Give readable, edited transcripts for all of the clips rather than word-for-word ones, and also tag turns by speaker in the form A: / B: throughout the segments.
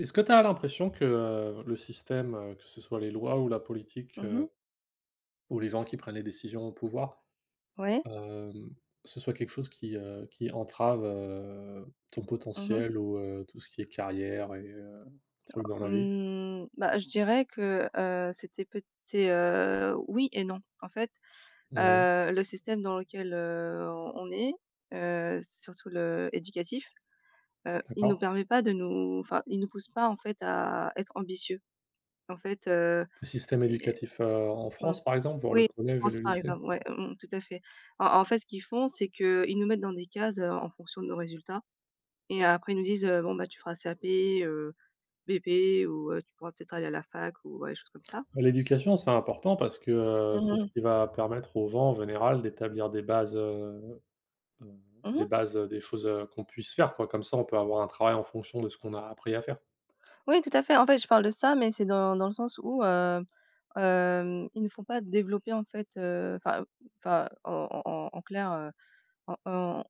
A: Est-ce que tu as l'impression que, le système, que ce soit les lois ou la politique,
B: Mmh.
A: ou les gens qui prennent les décisions au pouvoir,
B: Ouais.
A: hem, ce soit quelque chose qui entrave, ton
B: Mmh mh.
A: potentiel ou, tout ce qui est carrière et trucs dans la vie?
B: Mmh, bah, je dirais que, c'était peut c'est, oui et non. En fait,
A: Mmh.
B: le système dans lequel, on est, surtout le éducatif, il nous
A: D'accord.
B: permet pas de nous enfin, il nous pousse pas en fait à être ambitieux. En fait,
A: Le système
B: et
A: éducatif, en
B: bon
A: France, par exemple, genre le
B: oui,
A: collège
B: en
A: et
B: France
A: le
B: par
A: lycée?
B: exemple, ouais, mmh, tout à fait. En fait, ce qu'ils font, c'est qu'ils nous mettent dans des cases, en fonction de nos résultats et après ils nous disent, «Bon, bah, tu feras CAP,» bébé ou tu pourras peut-être aller à la fac ou ouais, des choses comme ça.
A: Bah, l'éducation, c'est important parce que,
B: Mmh
A: c'est ce
B: mh.
A: qui va permettre aux gens, en général, d'établir des bases. Heu,
B: Mmh.
A: des bases, des choses, qu'on puisse faire quoi, comme ça on peut avoir un travail en fonction de ce qu'on a appris à faire.
B: Oui, tout à fait. En fait, je parle de ça, mais c'est dans le sens où, ils ne font pas développer en fait, enfin en clair, en en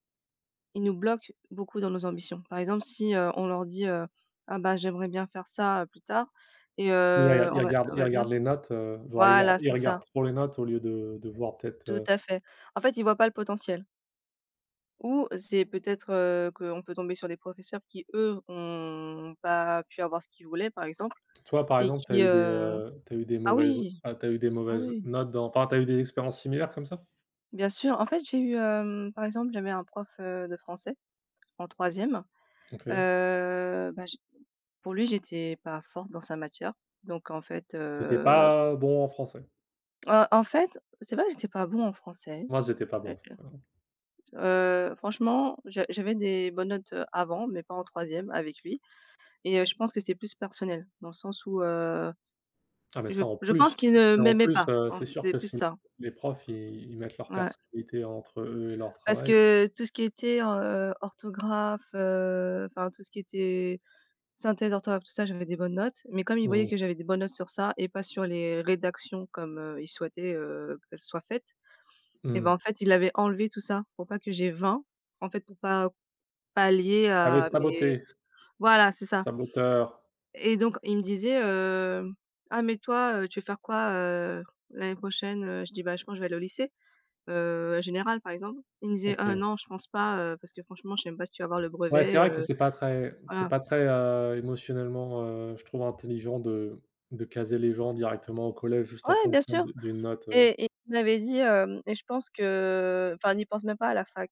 B: ils nous bloquent beaucoup dans nos ambitions. Par exemple, si, on leur dit, «Ah bah, j'aimerais bien faire ça, plus tard» et
A: Mais il
B: on
A: il
B: va
A: regarde
B: on va dire
A: les notes, genre il regarde
B: voilà,
A: il
B: c'est ça,
A: regarde trop les notes au lieu de voir peut-être,
B: tout à fait. En fait, ils voient pas le potentiel. Ou c'est peut-être, qu'on peut tomber sur des professeurs qui, eux, ont pas pu avoir ce qu'ils voulaient, par exemple,
A: toi par
B: et
A: exemple tu as
B: qui,
A: eu des, tu eu des
B: ah
A: mauvaises
B: oui,
A: ah tu eu des
B: ah
A: mauvaises
B: oui,
A: notes dans enfin t'as eu des expériences similaires comme ça?
B: bien sûr. En fait, j'ai eu, par exemple, j'avais un prof, de français en troisième e
A: OK.
B: bah, j pour lui, j'étais pas forte dans sa matière, donc en fait,
A: T'étais pas bon en français?
B: en fait, c'est pas que j'étais pas bon en français,
A: Moi j'étais pas bon
B: heu
A: en
B: heu
A: français.
B: franchement, j'avais des bonnes notes, avant, mais pas en troisième avec lui et je pense que c'est plus personnel, dans le sens où,
A: Ah mais
B: Je
A: ça
B: je pense qu'il ne
A: en
B: m'aimait
A: plus,
B: pas, hein,
A: c'est sûr
B: c'est
A: que
B: plus
A: si
B: ça.
A: les profs ils mettent leur
B: Ouais.
A: personnalité entre eux et leur
B: Parce
A: travail.
B: que tout ce qui était, orthographe, enfin tout ce qui était synthèse, orthographe, tout ça, j'avais des bonnes notes. Mais comme il voyait
A: Mmh.
B: que j'avais des bonnes notes sur ça et pas sur les rédactions comme, il souhaitait, qu'elles soient faites et ben,
A: Mmh.
B: en fait, il avait enlevé tout ça pour pas que j'ai 20, en fait, pour pas pallier
A: Tu
B: à mes
A: saboté,
B: voilà, c'est ça
A: saboteur.
B: et donc il me disait, «Ah mais toi, tu veux faire quoi, l'année prochaine?» Je dis: «Bah, je pense je vais aller au lycée». Générale par exemple? Il me disait: ah
A: OK.
B: non je pense pas, parce que franchement je sais même pas si tu vas avoir le
A: Ouais, c'est
B: brevet,
A: vrai que c'est pas très c'est
B: voilà».
A: pas très, émotionnellement, je trouve intelligent de caser les gens directement au collège juste en
B: Ouais bien
A: fonction
B: sûr
A: d'une note,
B: et il m'avait dit, hem: «Et je pense que enfin n'y pense même pas à la fac»,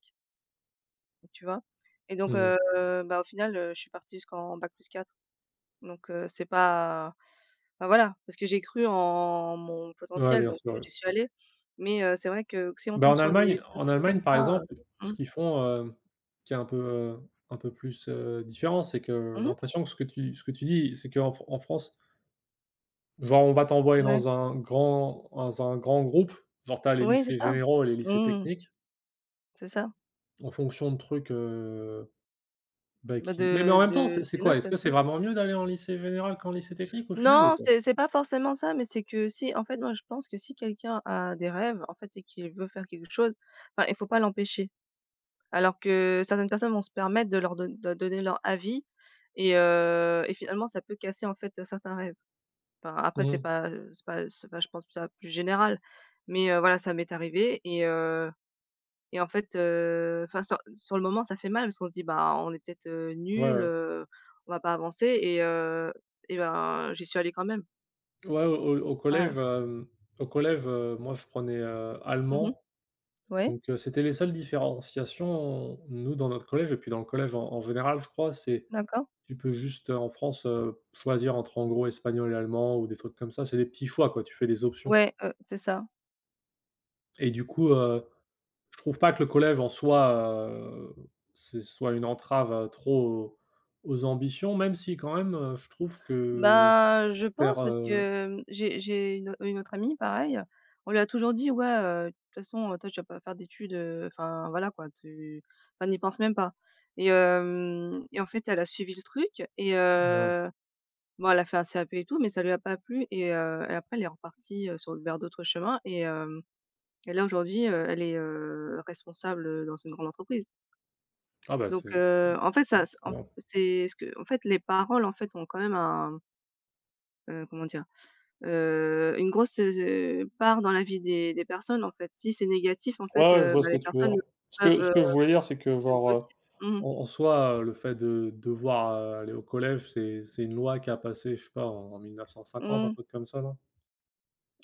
B: tu vois? Et donc,
A: mmh.
B: bah, au final, je suis partie jusqu'en bac plus 4 donc, c'est pas bah, voilà, parce que j'ai cru en mon
A: Ouais,
B: potentiel
A: bien
B: donc,
A: sûr, oui.
B: j'y suis allée. Mais, c'est vrai que si on
A: Bah,
B: tombe
A: en
B: sur des
A: Allemagne en
B: personnes comme
A: Allemagne,
B: ça,
A: par exemple, ce
B: mmh.
A: qu'ils font, qui est un peu plus, différent, c'est que j'ai
B: Mmh.
A: l'impression que ce que tu dis, c'est qu'en Fr en France, genre, on va t'envoyer
B: Ouais.
A: dans un grand groupe, genre, t'as les
B: Oui c'est
A: lycées
B: ça.
A: généraux et les lycées
B: Mmh.
A: techniques
B: C'est ça.
A: en fonction de trucs, Bah,
B: Bah,
A: qui mais en
B: de
A: même temps, c'est
B: de
A: c'est
B: tes
A: quoi?
B: notes
A: Est-ce que
B: peut-être,
A: c'est vraiment mieux d'aller en lycée général qu'en lycée technique au final ou
B: non,
A: pas?
B: c'est pas forcément ça, mais c'est que si en fait, moi, je pense que si quelqu'un a des rêves, en fait, et qu'il veut faire quelque chose, enfin, il faut pas l'empêcher. Alors que certaines personnes vont se permettre de leur donner leur avis et finalement, ça peut casser, en fait, certains rêves. Enfin, après, c'est
A: Mmh.
B: pas, je pense ça plus général, mais voilà, ça m'est arrivé et en fait, enfin, sur le moment, ça fait mal parce qu'on se dit: «Bah, on est peut-être,
A: Ouais,
B: nuls,
A: ouais.
B: on va pas avancer» et ben, j'y suis allée quand même.
A: Ouais,
B: Ouais.
A: au collège, moi je prenais,
B: Mmh.
A: allemand,
B: Ouais,
A: donc c'était les seules différenciations, nous, dans notre collège et puis dans le collège en en général, je crois, c'est
B: d'accord.
A: tu peux juste, en France, choisir entre en gros espagnol et allemand ou des trucs comme ça. C'est des petits choix quoi, tu fais des options
B: Ouais, c'est ça.
A: et du coup, je trouve pas que le collège en soi, heu, c'est soit une entrave, trop aux ambitions, même si quand même, je trouve que
B: Bah, je
A: faire,
B: pense parce que, mmh, j'ai une autre amie pareil, on lui a toujours dit: «Ouais, de toute façon, toi tu vas pas faire d'études, enfin voilà quoi, tu enfin n'y pense même pas» et en fait elle a suivi le truc et
A: ouais.
B: bon elle a fait un CAP et tout mais ça lui a pas plu et après elle est repartie, sur vers d'autres chemins et là aujourd'hui, elle est, responsable, dans une grande entreprise.
A: Ah bah,
B: Donc
A: c'est
B: en fait, ça s en
A: bien.
B: c'est ce que en fait, les paroles, en fait, ont quand même un, comment dire? Une grosse, part dans la vie des personnes, en fait. Si c'est négatif, en
A: Ouais,
B: fait,
A: ouais, je vois
B: bah,
A: ce que
B: les
A: tu veux
B: personnes
A: dire. Ce
B: peuvent,
A: que ce que je voulais dire, c'est que
B: être
A: genre,
B: bloquées. Mmh mh.
A: en en soi, le fait de devoir, aller au collège, c'est une loi qui a passé, je sais pas, en 1950, un
B: Mmh.
A: truc comme ça, non?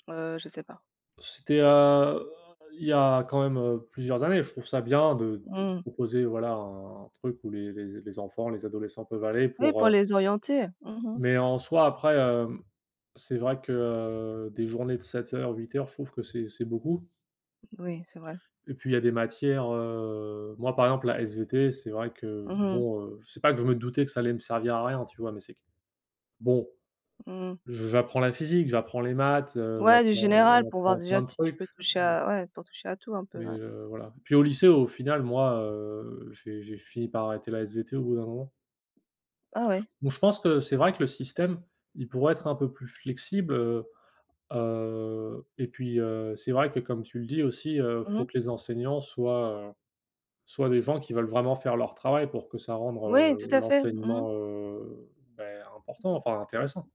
B: Je sais pas.
A: C'était, il y a quand même, plusieurs années. Je trouve ça bien de
B: Mmh.
A: proposer, voilà, un truc où les enfants, les adolescents peuvent aller
B: Oui,
A: pour,
B: pour les orienter. Mmh.
A: mais en soi, après, c'est vrai que, des journées de sept heures, huit heures, je trouve que c'est beaucoup
B: Oui, c'est vrai.
A: et puis il y a des matières, moi, par exemple, la SVT, c'est vrai que,
B: Mmh mh.
A: bon, c'est pas que je me doutais que ça allait me servir à rien, tu vois? Mais c'est que, bon,
B: Mmh.
A: je j'apprends la physique, j'apprends les maths,
B: Ouais, du
A: j'apprends
B: général,
A: on
B: pour voir
A: apprend
B: déjà
A: plein de
B: si tu
A: trucs.
B: peux toucher à ouais, pour toucher à tout un peu,
A: Mais
B: ouais.
A: voilà. Puis au lycée, au final, moi, j'ai fini par arrêter la SVT au bout d'un moment.
B: Ah ouais.
A: Donc je pense que c'est vrai que le système, il pourrait être un peu plus flexible, et puis, c'est vrai que comme tu le dis aussi, faut
B: Mmh.
A: que les enseignants soient des gens qui veulent vraiment faire leur travail pour que ça rende,
B: Oui, tout à fait. Mmh.
A: l'enseignement, beh, important, enfin intéressant.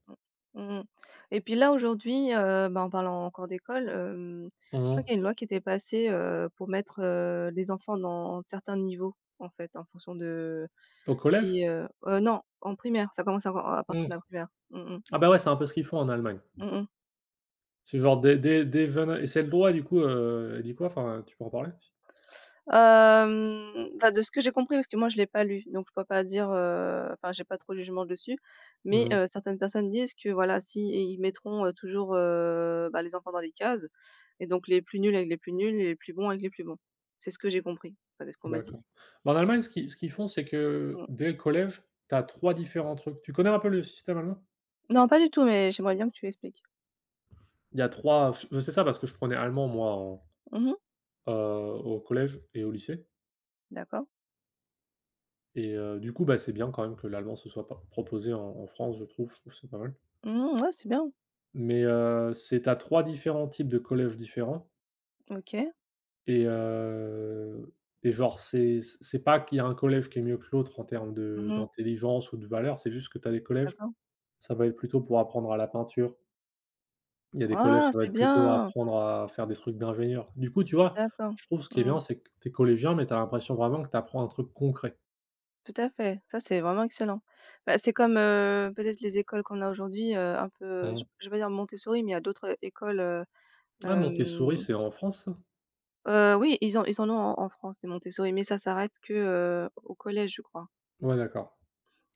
B: Mmh et puis là, aujourd'hui, bah, en parlant encore d'école, je crois
A: Mmh.
B: qu'il y a une loi qui était passée, pour mettre, les enfants dans certains niveaux, en fait, en fonction de
A: Au collège?
B: si, non, en primaire, ça commence encore à partir de la
A: Mmh.
B: primaire. Mmh mh.
A: Ah bah, ouais, c'est un peu ce qu'ils font en Allemagne.
B: Mmh mh.
A: C'est genre des dès jeune et c'est le droit du coup, elle dit quoi? Enfin, tu peux en parler?
B: Enfin, de ce que j'ai compris, parce que moi je l'ai pas lu, donc je peux pas dire, enfin, j'ai pas trop de jugement dessus. Mais,
A: Mmh.
B: certaines personnes disent que voilà, si ils mettront, toujours, bah, les enfants dans des cases et donc les plus nuls avec les plus nuls et les plus bons avec les plus bons. C'est ce que j'ai compris, enfin, de ce qu'on m'a dit.
A: D'accord. Bah, en Allemagne, ce qu'ils font, c'est que
B: Mmh.
A: dès le collège, tu as 3 différents trucs. Tu connais un peu le système allemand?
B: Non, pas du tout, mais j'aimerais bien que tu expliques.
A: Il y a 3. Ch Je sais ça parce que je prenais allemand moi
B: Mmh.
A: au collège et au lycée
B: D'accord.
A: et du coup, bah, c'est bien quand même que l'allemand se soit pas proposé en en France, je trouve. Je trouve que c'est pas mal.
B: Mmh, ouais, c'est bien.
A: Mais c'est à 3 différents types de collèges différents
B: OK.
A: et heu et genre c'est pas qu'il y a un collège qui est mieux que l'autre en termes de
B: Mmh.
A: d'intelligence ou de valeur. C'est juste que tu as des collèges,
B: D'accord.
A: ça va être plutôt pour apprendre à la peinture. Il y a des collèges,
B: Ah,
A: ça va
B: c'est
A: être plutôt à
B: bien!
A: apprendre à faire des trucs d'ingénieur. Du coup, tu vois,
B: D'accord.
A: je trouve ce qui est
B: Mmh.
A: bien, c'est que tu es collégien, mais tu as l'impression vraiment que tu apprends un truc concret.
B: Tout à fait, ça c'est vraiment excellent. Bah, c'est comme, peut-être les écoles qu'on a aujourd'hui, un peu, je
A: Mmh.
B: je vais pas dire Montessori, mais il y a d'autres écoles,
A: Ah, Montessori,
B: hem,
A: c'est en France, ça?
B: oui, ils en ont en France des Montessori, mais ça s'arrête que, au collège, je crois
A: Ouais, d'accord.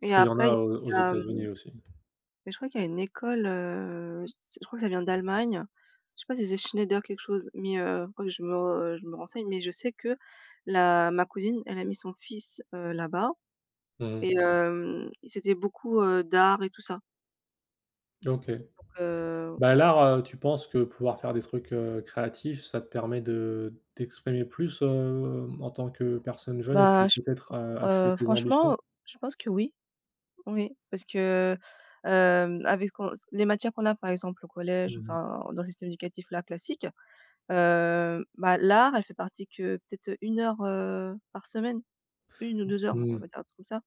A: Parce
B: et
A: qu'il y en
B: après il
A: a aux
B: y a,
A: États-Unis aussi.
B: mais je crois qu'il y a une école, je crois que ça vient d'Allemagne. Je sais pas si c'est Schneider quelque chose, mais faudrait que je me renseigne, mais je sais que la ma cousine, elle a mis son fils, là-bas
A: Mmh.
B: et c'était beaucoup, d'art et tout ça.
A: OK.
B: heu,
A: Bah, l'art, tu penses que pouvoir faire des trucs, créatifs, ça te permet de t'exprimer plus, en tant que personne jeune et
B: bah,
A: puis
B: je
A: peut-être, achever tes ambitions?
B: franchement, je pense que oui, oui, parce que, avec ce qu'on les matières qu'on a par exemple au collège,
A: Mmh mh.
B: enfin dans le système éducatif là classique, bah, l'art elle fait partie que peut-être une heure, par semaine, une ou 2 heures, on
A: Mmh.
B: va dire un truc comme ça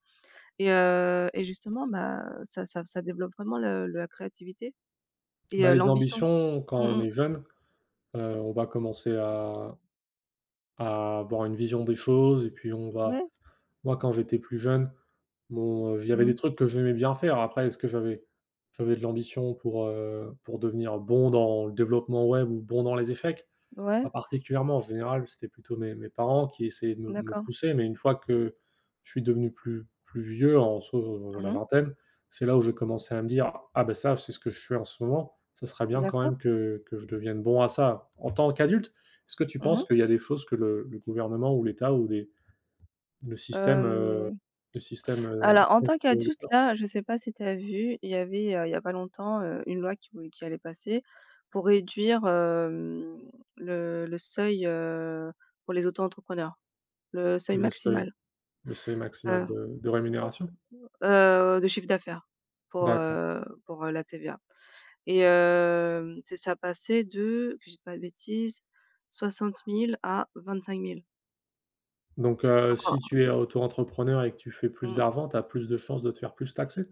B: et justement, bah, ça développe vraiment le la créativité et
A: Bah, les
B: l'ambition.
A: ambitions, quand
B: Mmh
A: on
B: mh.
A: est jeune, on va commencer à avoir une vision des choses et puis on va
B: Ouais.
A: moi quand j'étais plus jeune, bon, il y avait
B: Mmh.
A: des trucs que j'aimais bien faire. Après est-ce que j'avais de l'ambition pour devenir bon dans le développement web ou bon dans les échecs? Pas
B: Ouais,
A: particulièrement, en général, c'était plutôt mes parents qui essayaient de me
B: d'accord.
A: pousser, mais une fois que je suis devenu plus vieux, en soit, la
B: Mmh.
A: vingtaine, c'est là où j'ai commencé à me dire: «Ah ben ça, c'est ce que je fais en ce moment, ça serait bien quand
B: D'accord.
A: même que je devienne bon à ça». En tant qu'adulte, est-ce que tu
B: Mmh mh.
A: penses qu'il y a des choses que le gouvernement ou l'État ou des le système, heu, le système, heu,
B: Alors en tant qu'adulte là, je sais pas si tu as vu, il y avait, il y a pas longtemps, une loi qui vou qui allait passer pour réduire, le seuil, pour les auto-entrepreneurs, le seuil
A: le seuil
B: maximal,
A: le seuil maximal
B: heu
A: de rémunération?
B: de chiffre d'affaires
A: D'accord.
B: pour, la TVA et c'est ça passait de, que je dise pas de bêtises, 60 000 à 25 000.
A: Donc
B: Donc en
A: si tu es auto-entrepreneur et que tu fais plus
B: mmh.
A: d'argent, tu as plus de chances de te faire plus taxer?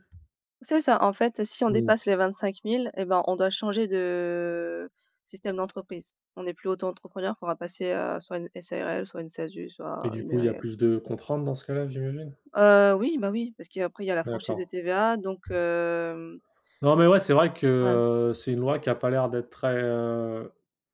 B: C'est ça, en fait, si on
A: Mmh.
B: dépasse les 25 000 et ben, on doit changer de système d'entreprise. On n'est plus auto-entrepreneur, il faudra passer, soit une SARL, soit une SASU,
A: Et
B: soit
A: du
B: une
A: coup, il y a
B: URL.
A: plus de contraintes dans ce cas-là, j'imagine?
B: Oui, bah, oui, parce qu'après il y a la franchise de
A: D'accord.
B: TVA donc
A: Non, mais ouais, c'est vrai que,
B: ouais.
A: c'est une loi qui a pas l'air d'être très,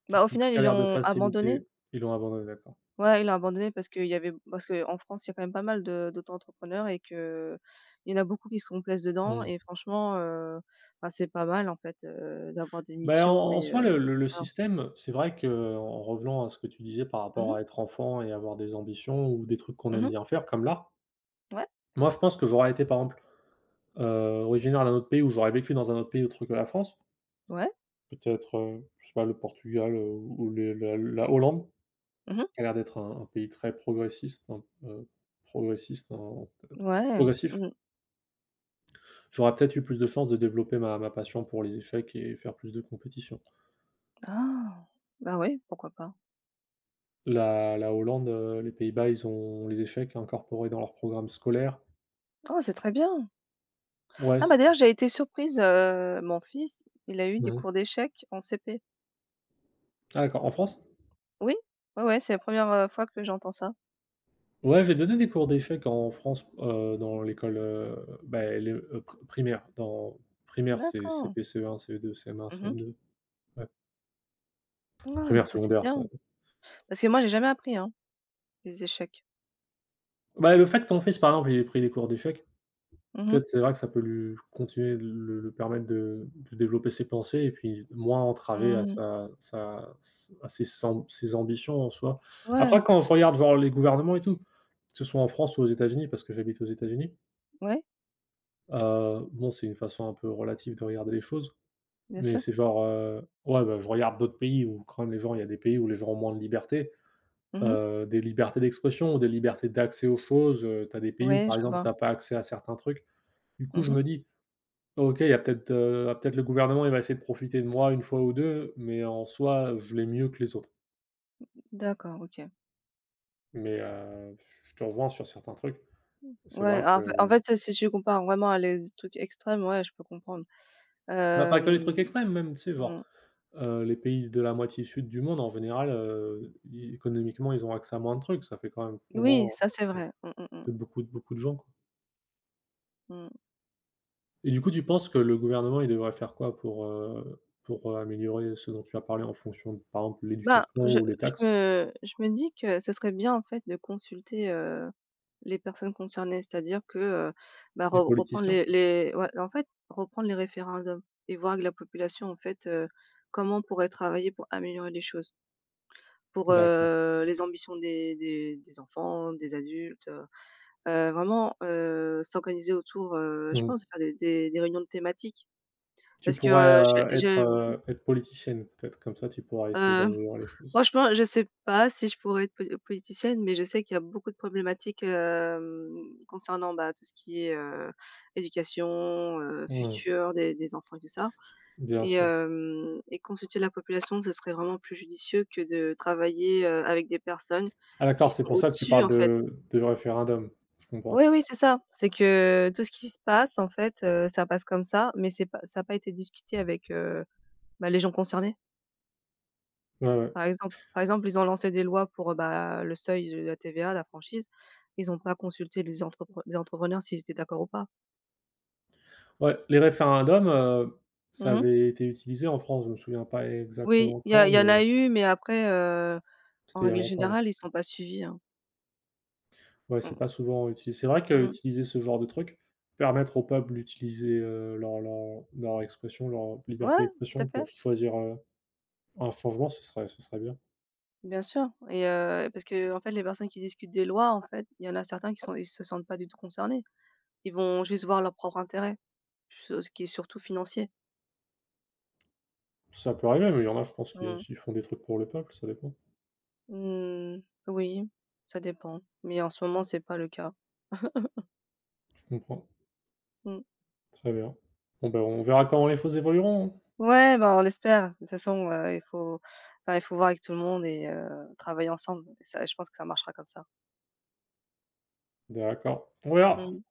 A: qui
B: Bah, au
A: qui
B: final,
A: qui a
B: ils
A: l'air de
B: l'ont abandonné.
A: faciliter ils l'ont abandonné, d'accord.
B: Ouais, ils l'ont abandonné parce qu'il y avait parce qu'en France, il y a quand même pas mal de d'auto-entrepreneurs et que il y en a beaucoup qui se complaisent dedans
A: Mmh.
B: et franchement, bah, c'est pas mal, en fait, d'avoir des
A: Bah, en
B: missions
A: en
B: et
A: soi, le
B: voilà.
A: système, c'est vrai que en revenant à ce que tu disais par
B: Mmh
A: rapport
B: mh.
A: à être enfant et avoir des ambitions ou des trucs qu'on aime
B: Mmh.
A: bien faire comme l'art,
B: Ouais.
A: moi, je pense que j'aurais été, par exemple, heu, originaire d'un autre pays ou j'aurais vécu dans un autre pays autre que la France.
B: Ouais.
A: Peut-être, je sais pas, le Portugal, ou les la la Hollande,
B: Mmh.
A: qui a l'air d'être un pays très progressiste, un peu
B: Ouais.
A: progressif.
B: Mmh.
A: J'aurais peut-être eu plus de chances de développer ma passion pour les échecs et faire plus de compétitions.
B: Ah! Bah, oui pourquoi pas.
A: La Hollande, les Pays-Bas, ils ont les échecs incorporés dans leur programme scolaire.
B: Oh, c'est très bien.
A: Ouais,
B: Ah,
A: c
B: bah, d'ailleurs, j'ai été surprise, mon fils, il a eu des
A: mmh
B: cours d'échecs en CP.
A: Ah d'accord, en France?
B: Oui, ouais, ouais, c'est la première re fois que j'entends ça.
A: Ouais, j'ai donné des cours d'échecs en France, dans l'école, bah, les, primaire, dans primaire, c'est
B: D'accord.
A: CP, CE1, CE2, CM1,
B: Mmh.
A: CM2, ouais.
B: Ah, bah,
A: Primaire,
B: ça, c'est
A: secondaire, ça
B: bien. Parce que moi, j'ai jamais appris, hein, les échecs.
A: bah, le fait que ton fils, par exemple, il ait pris des cours d'échecs,
B: Mmh mh.
A: peut-être c'est vrai que ça peut lui continuer de le permettre de développer ses pensées et puis moins entraver à
B: Mmh.
A: sa à ses ambitions en soi. Après
B: Ouais,
A: quand je regarde genre les gouvernements et tout, que ce soit en France ou aux États-Unis, parce que j'habite aux États-Unis,
B: ouais,
A: bon, c'est une façon un peu relative de regarder les choses,
B: bien
A: mais
B: sûr.
A: c'est genre, ouais, bah, je regarde d'autres pays où quand même les gens il y a des pays où les gens ont moins de liberté.
B: Mmh.
A: Des libertés d'expression ou des libertés d'accès aux choses, tu as des pays où,
B: Ouais,
A: par
B: je
A: exemple,
B: vois.
A: tu as pas accès à certains trucs. Du coup, je
B: Mmh.
A: me dis: oh, «OK, il y a peut-être, ah, peut-être le gouvernement, il va essayer de profiter de moi une fois ou 2, mais en soi, je l'ai mieux que les autres».
B: D'accord, OK.
A: Mais je te rejoins sur certains trucs. C'est
B: Ouais,
A: vrai
B: en fait en
A: que
B: fait, si tu compares vraiment à les trucs extrêmes, ouais, je peux comprendre.
A: bah, pas que les
B: Hem,
A: trucs extrêmes même, tu sais,
B: mmh.
A: genre, les pays de la moitié sud du monde, en général, i économiquement, ils ont accès à moins de trucs. Ça fait quand même au
B: Oui,
A: moins,
B: ça c'est vrai. Mmh, mmh, mmh,
A: beaucoup de gens, quoi.
B: mmh.
A: Et du coup, tu penses que le gouvernement, il devrait faire quoi pour, améliorer ce dont tu as parlé en fonction de, par exemple,
B: Bah,
A: l'éducation ou les taxes?
B: je me dis que ce serait bien en fait de consulter, les personnes concernées. C'est-à-dire que, bah,
A: Les
B: re reprendre
A: politiciens?
B: les ouais, en fait, reprendre les référendums et voir avec la population en fait, comment on pourrait travailler pour améliorer les choses. Pour,
A: D'accord.
B: les ambitions des enfants, des adultes, vraiment, s'organiser autour, je
A: Mmh.
B: pense faire des réunions de thématiques.
A: Tu
B: Parce que,
A: pourrais,
B: j'ai,
A: être politicienne peut-être, comme ça tu pourras essayer
B: euh,
A: d'améliorer les choses.
B: franchement, je sais pas si je pourrais être politicienne, mais je sais qu'il y a beaucoup de problématiques, concernant, bah, tout ce qui est, éducation,
A: Mmh,
B: futur des enfants et tout ça
A: bien sûr.
B: et consulter la population, ce serait vraiment plus judicieux que de travailler, avec des personnes
A: Ah
B: qui
A: d'accord, c'est
B: sont
A: pour ça que tu
B: au-dessus,
A: parles
B: en fait.
A: de référendum, je
B: Oui,
A: comprends.
B: oui, c'est ça. C'est que tout ce qui se passe, en fait, ça passe comme ça, mais c'est pas ça n'a pas été discuté avec, bah, les gens concernés.
A: Ouais, ouais.
B: Par exemple, ils ont lancé des lois pour, bah, le seuil de la TVA, la franchise. Ils n'ont pas consulté les entrepre les entrepreneurs s'ils étaient d'accord ou pas.
A: Ouais, les référendums, ça
B: Mmh.
A: avait été utilisé en France, je me souviens pas
B: Oui,
A: exactement quand,
B: il y en
A: mais
B: a eu, mais après, en
A: c'était il y a
B: règle
A: longtemps.
B: générale, ils sont pas suivis, hein.
A: Ouais, c'est pas
B: Mmh,
A: souvent utilisé. C'est vrai
B: mmh.
A: qu'utiliser ce genre de truc, permettre au peuple d'utiliser, leur expression, leur
B: Ouais,
A: liberté
B: tout à
A: d'expression
B: fait,
A: pour choisir, un changement, ce serait bien.
B: bien sûr et parce que en fait, les personnes qui discutent des lois, en fait, il y en a certains qui sont ils se sentent pas du tout concernés. Ils vont juste voir leur propre intérêt, ce qui est surtout financier.
A: Ça peut arriver, mais il y en a, je pense, qui
B: Mmh.
A: aussi font des trucs pour le peuple, ça dépend.
B: Mmh, oui, ça dépend, mais en ce moment, c'est pas le cas.
A: Je comprends.
B: Mmh.
A: Très bien. Bon, ben, on verra comment les choses évolueront, hein.
B: Ouais, ben, on l'espère. De toute façon, il faut enfin, il faut voir avec tout le monde et travailler ensemble. Et ça, je pense que ça marchera comme ça.
A: D'accord. On verra.
B: Mmh.